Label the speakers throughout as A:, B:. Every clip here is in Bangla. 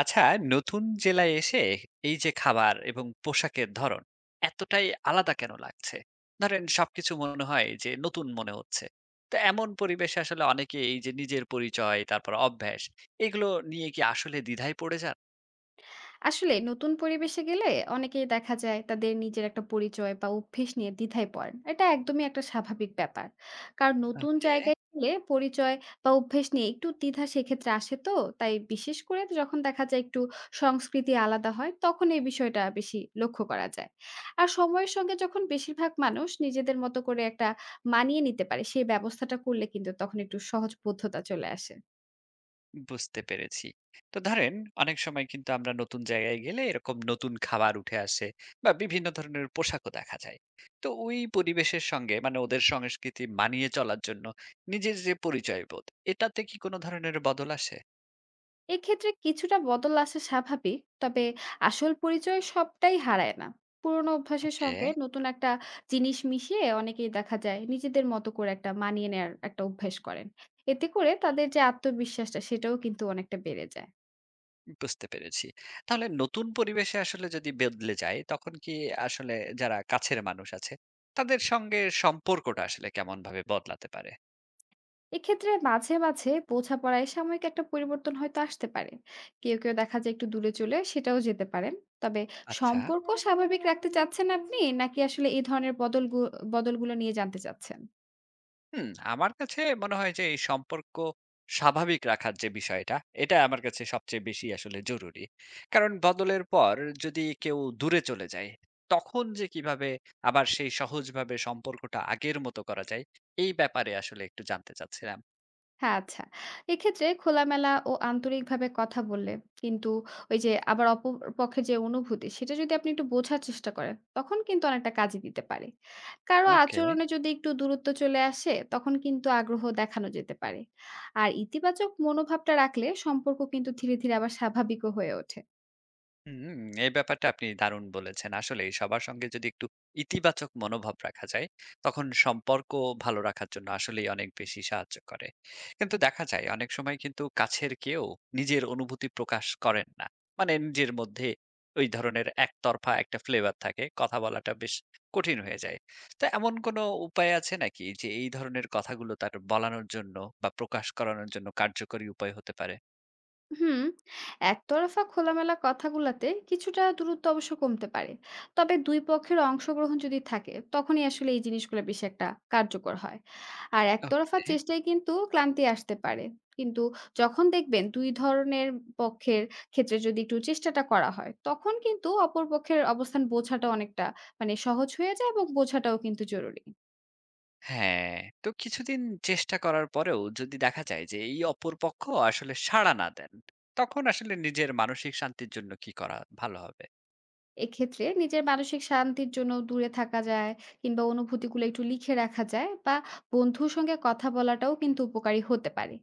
A: আচ্ছা, নতুন জেলায় এসে এই যে খাবার এবং পোশাকের ধরন এতটাই আলাদা কেন লাগছে? ধরেন সবকিছু মনে হয় যে নতুন মনে হচ্ছে। তো এমন পরিবেশে আসলে অনেকে এই যে নিজের পরিচয় তারপর অভ্যাস, এগুলো নিয়ে কি আসলে দ্বিধায় পড়ে যান?
B: আসলে নতুন পরিবেশে গেলে অনেকেই দেখা যায় তাদের নিজের একটা পরিচয় বা অভ্যেস নিয়ে দ্বিধায় পড়েন। এটা একদমই একটা স্বাভাবিক ব্যাপার, কারণ নতুন
A: ওকে,
B: জায়গায় গেলে পরিচয় বা অভ্যেস নিয়ে একটু দ্বিধা সেক্ষেত্রে আসে তো। তাই বিশেষ করে যখন দেখা যায় একটু সংস্কৃতি আলাদা হয়, তখন এই বিষয়টা বেশি লক্ষ্য করা যায়। আর সময়ের সঙ্গে যখন বেশিরভাগ মানুষ নিজেদের মতো করে একটা মানিয়ে নিতে পারে, সেই ব্যবস্থাটা করলে কিন্তু তখন একটু সহজ বোধ্যতা চলে আসে।
A: বুঝতে পেরেছি। তো ধরেন অনেক সময় কিন্তু আমরা নতুন জায়গায় গেলে এরকম নতুন খাবার উঠে আসে বা বিভিন্ন ধরনের পোশাকও দেখা যায়। তো ওই পরিবেশের সঙ্গে মানে ওদের সংস্কৃতি মানিয়ে চলার জন্য নিজের যে পরিচয় বোধ, এটাতে কি কোনো ধরনের বদল আসে?
B: এক্ষেত্রে কিছুটা বদল আসা স্বাভাবিক, তবে আসল পরিচয় সবটাই হারায় না। পুরোনো অভ্যাসের
A: ওকে,
B: সঙ্গে নতুন একটা জিনিস মিশিয়ে অনেকেই দেখা যায় নিজেদের মতো করে একটা মানিয়ে নেয়ার একটা অভ্যাস করেন। এতে করে তাদের যে আত্মবিশ্বাসটা, সেটাও কিন্তু অনেকটা বেড়ে যায়।
A: বুঝতে পেরেছি। তাহলে নতুন পরিবেশে আসলে যদি বদলে যায় তখন কি আসলে যারা কাছের মানুষ আছে তাদের সঙ্গে সম্পর্কটা আসলে কেমন ভাবে বদলাতে পারে?
B: এক্ষেত্রে মাঝে মাঝে বোঝাপড়ায় সাময়িক একটা পরিবর্তন হয়তো আসতে পারে। কেউ কেউ দেখা যায় একটু দূরে চলে সেটাও যেতে পারেন। তবে
A: আচ্ছা।
B: সম্পর্ক স্বাভাবিক রাখতে চাচ্ছেন আপনি, নাকি আসলে এই ধরনের বদল বদলগুলো নিয়ে জানতে চাচ্ছেন?
A: হুম, আমার কাছে মনে হয় যে এই সম্পর্ক স্বাভাবিক রাখার যে বিষয়টা, এটা আমার কাছে সবচেয়ে বেশি আসলে জরুরি। কারণ বদলের পর যদি কেউ দূরে চলে যায়, তখন যে কিভাবে আবার সেই সহজভাবে সম্পর্কটা আগের মতো করা যায়, এই ব্যাপারে আসলে একটু জানতে চাচ্ছিলাম।
B: হ্যাঁ, আচ্ছা। এক্ষেত্রে খোলামেলা ও আন্তরিকভাবে কথা বললে, কিন্তু ওই যে আবার অপর পক্ষের যে অনুভূতি, সেটা যদি আপনি একটু বোঝার চেষ্টা করেন, তখন কিন্তু অনেকটা কাজে দিতে পারে। কারো
A: ওকে।
B: আচরণে যদি একটু দূরত্ব চলে আসে, তখন কিন্তু আগ্রহ দেখানো যেতে পারে। আর ইতিবাচক মনোভাবটা রাখলে সম্পর্ক কিন্তু ধীরে ধীরে আবার স্বাভাবিকও হয়ে ওঠে।
A: হুম, এই ব্যাপারটা আপনি দারুণ বলেছেন। আসলেই সবার সঙ্গে যদি একটু ইতিবাচক মনোভাব রাখা যায়, তখন সম্পর্ক ভালো রাখার জন্য আসলেই অনেক বেশি সাহায্য করে। কিন্তু দেখা যায় অনেক সময় কিন্তু কাছের কেউ নিজের অনুভূতি প্রকাশ করেন না। মানে নিজের মধ্যে ওই ধরনের একতরফা একটা ফ্লেভার থাকে। কথা বলাটা বেশ কঠিন হয়ে যায়। তো এমন কোনো উপায় আছে নাকি যে এই ধরনের কথাগুলো তার বলানোর জন্য বা প্রকাশ করানোর জন্য কার্যকরী উপায় হতে পারে?
B: হুম। একতরফা খোলামেলা কথাগুলাতে কিছুটা দূরত্ব অবশ্য কমতে পারে, তবে দুই পক্ষের অংশগ্রহণ যদি থাকে, তখনই আসলে এই জিনিসগুলো বেশি একটা কার্যকর হয়। আর একতরফা
A: ওকে।
B: চেষ্টায় কিন্তু ক্লান্তি আসতে পারে। কিন্তু যখন দেখবেন দুই ধরনের পক্ষের ক্ষেত্রে যদি একটু চেষ্টাটা করা হয়, তখন কিন্তু অপর পক্ষের অবস্থান বোঝাটা অনেকটা মানে সহজ হয়ে যায়, এবং বোঝাটাও কিন্তু জরুরি।
A: হ্যাঁ, তো কিছুদিন চেষ্টা করার পরেও যদি দেখা যায় যে এই অপর পক্ষ আসলে সাড়া না দেন, তখন আসলে নিজের মানসিক শান্তির জন্য কি করা ভালো হবে?
B: এক্ষেত্রে নিজের মানসিক শান্তির জন্য দূরে থাকা যায়, কিংবা অনুভূতিগুলো একটু লিখে রাখা যায়, বা বন্ধুর সঙ্গে কথা বলাটাও কিন্তু উপকারী হতে পারে।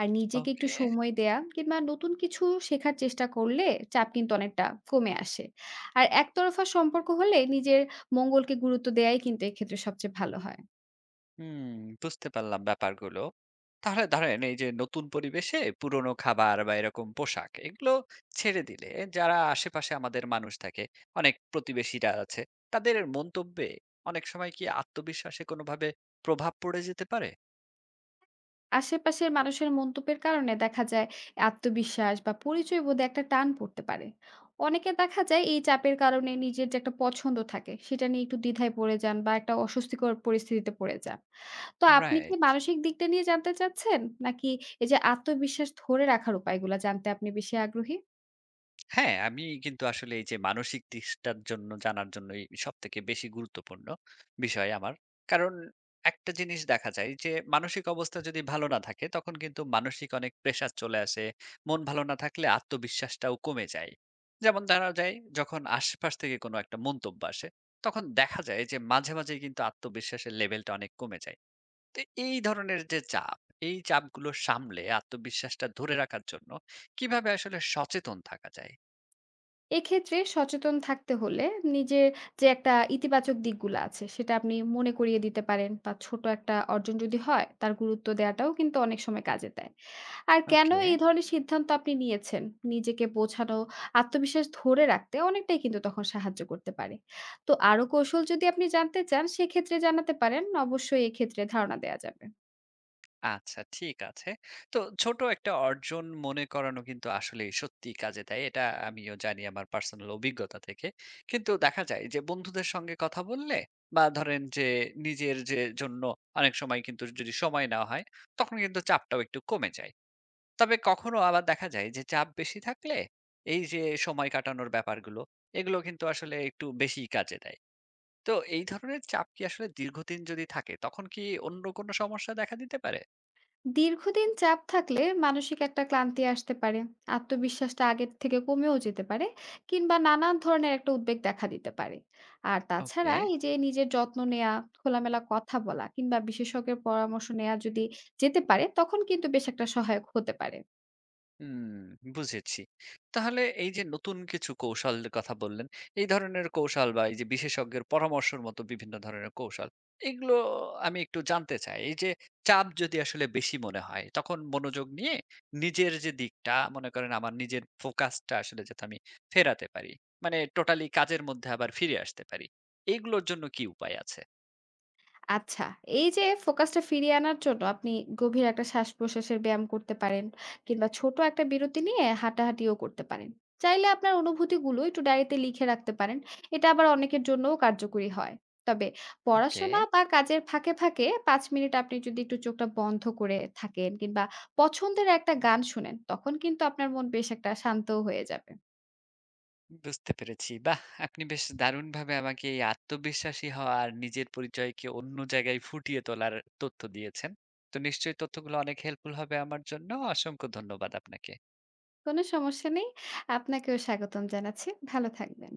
B: আর নিজেকে একটু
A: ওকে,
B: সময় দেয়া কিংবা নতুন কিছু শেখার চেষ্টা করলে চাপ কিন্তু অনেকটা কমে আসে। আর একতরফা সম্পর্ক হলে নিজের মঙ্গলকে গুরুত্ব দেয়াই কিন্তু এক্ষেত্রে সবচেয়ে ভালো হয়।
A: হুম, বুঝতে পারলাম ব্যাপারগুলো। তাহলে ধরেন এই যে নতুন পরিবেশে পুরনো খাবার বা এরকম পোশাক এগুলো ছেড়ে দিলে যারা আশেপাশে আমাদের মানুষ থাকে, অনেক প্রতিবেশীরা আছে, তাদের মন্তব্যে অনেক সময় কি আত্মবিশ্বাসে কোনোভাবে প্রভাব পড়ে যেতে পারে?
B: আশেপাশের মানুষের মন্তব্যের কারণে দেখা যায় আত্মবিশ্বাস বা পরিচয় বোধে একটা টান পড়তে পারে। অনেকে দেখা যায় এই চাপের কারণে নিজের যে একটা পছন্দ থাকে সেটা নিয়ে একটু দ্বিধায় পড়ে যান, বা একটা অস্বস্তিকর পরিস্থিতিতে পড়ে যান। তো আপনি কি
A: রাইট।
B: মানসিক দিকটা নিয়ে জানতে চাচ্ছেন, নাকি এই যে আত্মবিশ্বাস ধরে রাখার উপায়গুলো জানতে আপনি বেশি আগ্রহী?
A: হ্যাঁ, আমি কিন্তু আসলে এই যে মানসিক দিকটার জন্য জানার জন্যই সবথেকে বেশি গুরুত্বপূর্ণ বিষয় আমার। কারণ একটা জিনিস দেখা যায় যে মানসিক অবস্থা যদি ভালো না থাকে তখন কিন্তু মানসিক অনেক প্রেশার চলে আসে। মন ভালো না থাকলে আত্মবিশ্বাসটাও কমে যায়। যেমন ধরা যায় যখন আশেপাশ থেকে কোনো একটা মন্তব্য আসে, তখন দেখা যায় যে মাঝে, মাঝেই কিন্তু আত্মবিশ্বাসের লেভেলটা অনেক কমে যায়। তো এই ধরনের যে চাপ, এই চাপগুলো সামলে আত্মবিশ্বাসটা ধরে রাখার জন্য কিভাবে আসলে সচেতন থাকা যায়?
B: এক্ষেত্রে সচেতন থাকতে হলে নিজের যে একটা ইতিবাচক দিকগুলো আছে সেটা আপনি মনে করিয়ে দিতে পারেন, বা ছোট একটা অর্জন যদি হয় তার গুরুত্ব দেওয়াটাও কিন্তু অনেক সময় কাজে দেয়। আর কেন
A: ওকে,
B: এই ধরনের সিদ্ধান্ত আপনি নিয়েছেন? নিজেকে বোঝানো, আত্মবিশ্বাস ধরে রাখতে অনেকটাই কিন্তু তখন সাহায্য করতে পারে। তো আরো কৌশল যদি আপনি জানতে চান, সেক্ষেত্রে জানাতে পারেন। অবশ্যই এক্ষেত্রে ধারণা দেয়া যাবে।
A: আচ্ছা, ঠিক আছে। তো ছোট একটা অর্জন মনে করানো কিন্তু আসলেই সত্যিই কাজে দেয়। এটা আমিও জানি আমার পার্সোনাল অভিজ্ঞতা থেকে। কিন্তু দেখা যায় যে বন্ধুদের সঙ্গে কথা বললে বা ধরেন যে নিজের যে জন্য অনেক সময় কিন্তু যদি সময় নেওয়া হয়, তখন কিন্তু চাপটাও একটু কমে যায়। তবে কখনো আবার দেখা যায় যে চাপ বেশি থাকলে এই যে সময় কাটানোর ব্যাপারগুলো, এগুলো কিন্তু আসলে একটু বেশিই কাজে দেয়। তো এই ধরনের চাপ কি আসলে দীর্ঘদিন যদি থাকে তখন কি অন্য কোনো সমস্যা দেখা দিতে পারে?
B: দীর্ঘদিন চাপ থাকলে মানসিক একটা ক্লান্তি আসতে পারে। আত্মবিশ্বাসটা আগের থেকে কমেও যেতে পারে, কিংবা নানান ধরনের একটা উদ্বেগ দেখা দিতে পারে। আর
A: ওকে।
B: তাছাড়া এই যে নিজের যত্ন নেয়া, খোলামেলা কথা বলা কিংবা বিশেষজ্ঞের পরামর্শ নেয়া যদি যেতে পারে, তখন কিন্তু বেশ একটা সহায়ক হতে পারে।
A: হুম, বুঝেছি। তাহলে এই যে নতুন কিছু কৌশলের কথা বললেন, এই ধরনের কৌশল বা এই যে বিশেষজ্ঞের পরামর্শের মতো বিভিন্ন ধরনের কৌশল, এগুলো আমি একটু জানতে চাই। এই যে চাপ যদি আসলে বেশি মনে হয়, তখন মনোযোগ নিয়ে নিজের যে দিকটা মনে করেন আমার নিজের ফোকাসটা আসলে যাতে আমি ফেরাতে পারি। মানে টোটালি কাজের মধ্যে আবার ফিরে আসতে পারি। এগুলোর জন্য কি উপায় আছে?
B: আচ্ছা, এই যে ফোকাসটা ফিরিয়ে আনার জন্য আপনি গভীর একটা শ্বাস-প্রশ্বাসের ব্যায়াম করতে পারেন, কিংবা ছোট একটা বিরতি নিয়ে হাঁটাহাঁটিও করতে পারেন। চাইলে আপনার অনুভূতিগুলো একটু ডায়েরিতে লিখে রাখতে পারেন। এটা আবার অনেকের জন্যও কার্যকরী হয়। তবে
A: ওকে।
B: পড়াশোনা বা কাজের ফাঁকে ফাঁকে ৫ মিনিট আপনি যদি একটু চোখটা বন্ধ করে থাকেন, কিংবা পছন্দের একটা গান শুনেন, তখন কিন্তু আপনার মন বেশ একটা শান্তও হয়ে যাবে।
A: বুঝতে পেরেছি। বাহ! আপনি বেশ দারুণভাবে আমাকে এই আত্মবিশ্বাসী হওয়া আর নিজের পরিচয়কে অন্য জায়গায় ফুটিয়ে তোলার তথ্য দিয়েছেন। তো নিশ্চয়ই তথ্যগুলো অনেক হেল্পফুল হবে আমার জন্য। অসংখ্য ধন্যবাদ আপনাকে।
B: কোনো সমস্যা নেই। আপনাকেও স্বাগতম জানাচ্ছি। ভালো থাকবেন।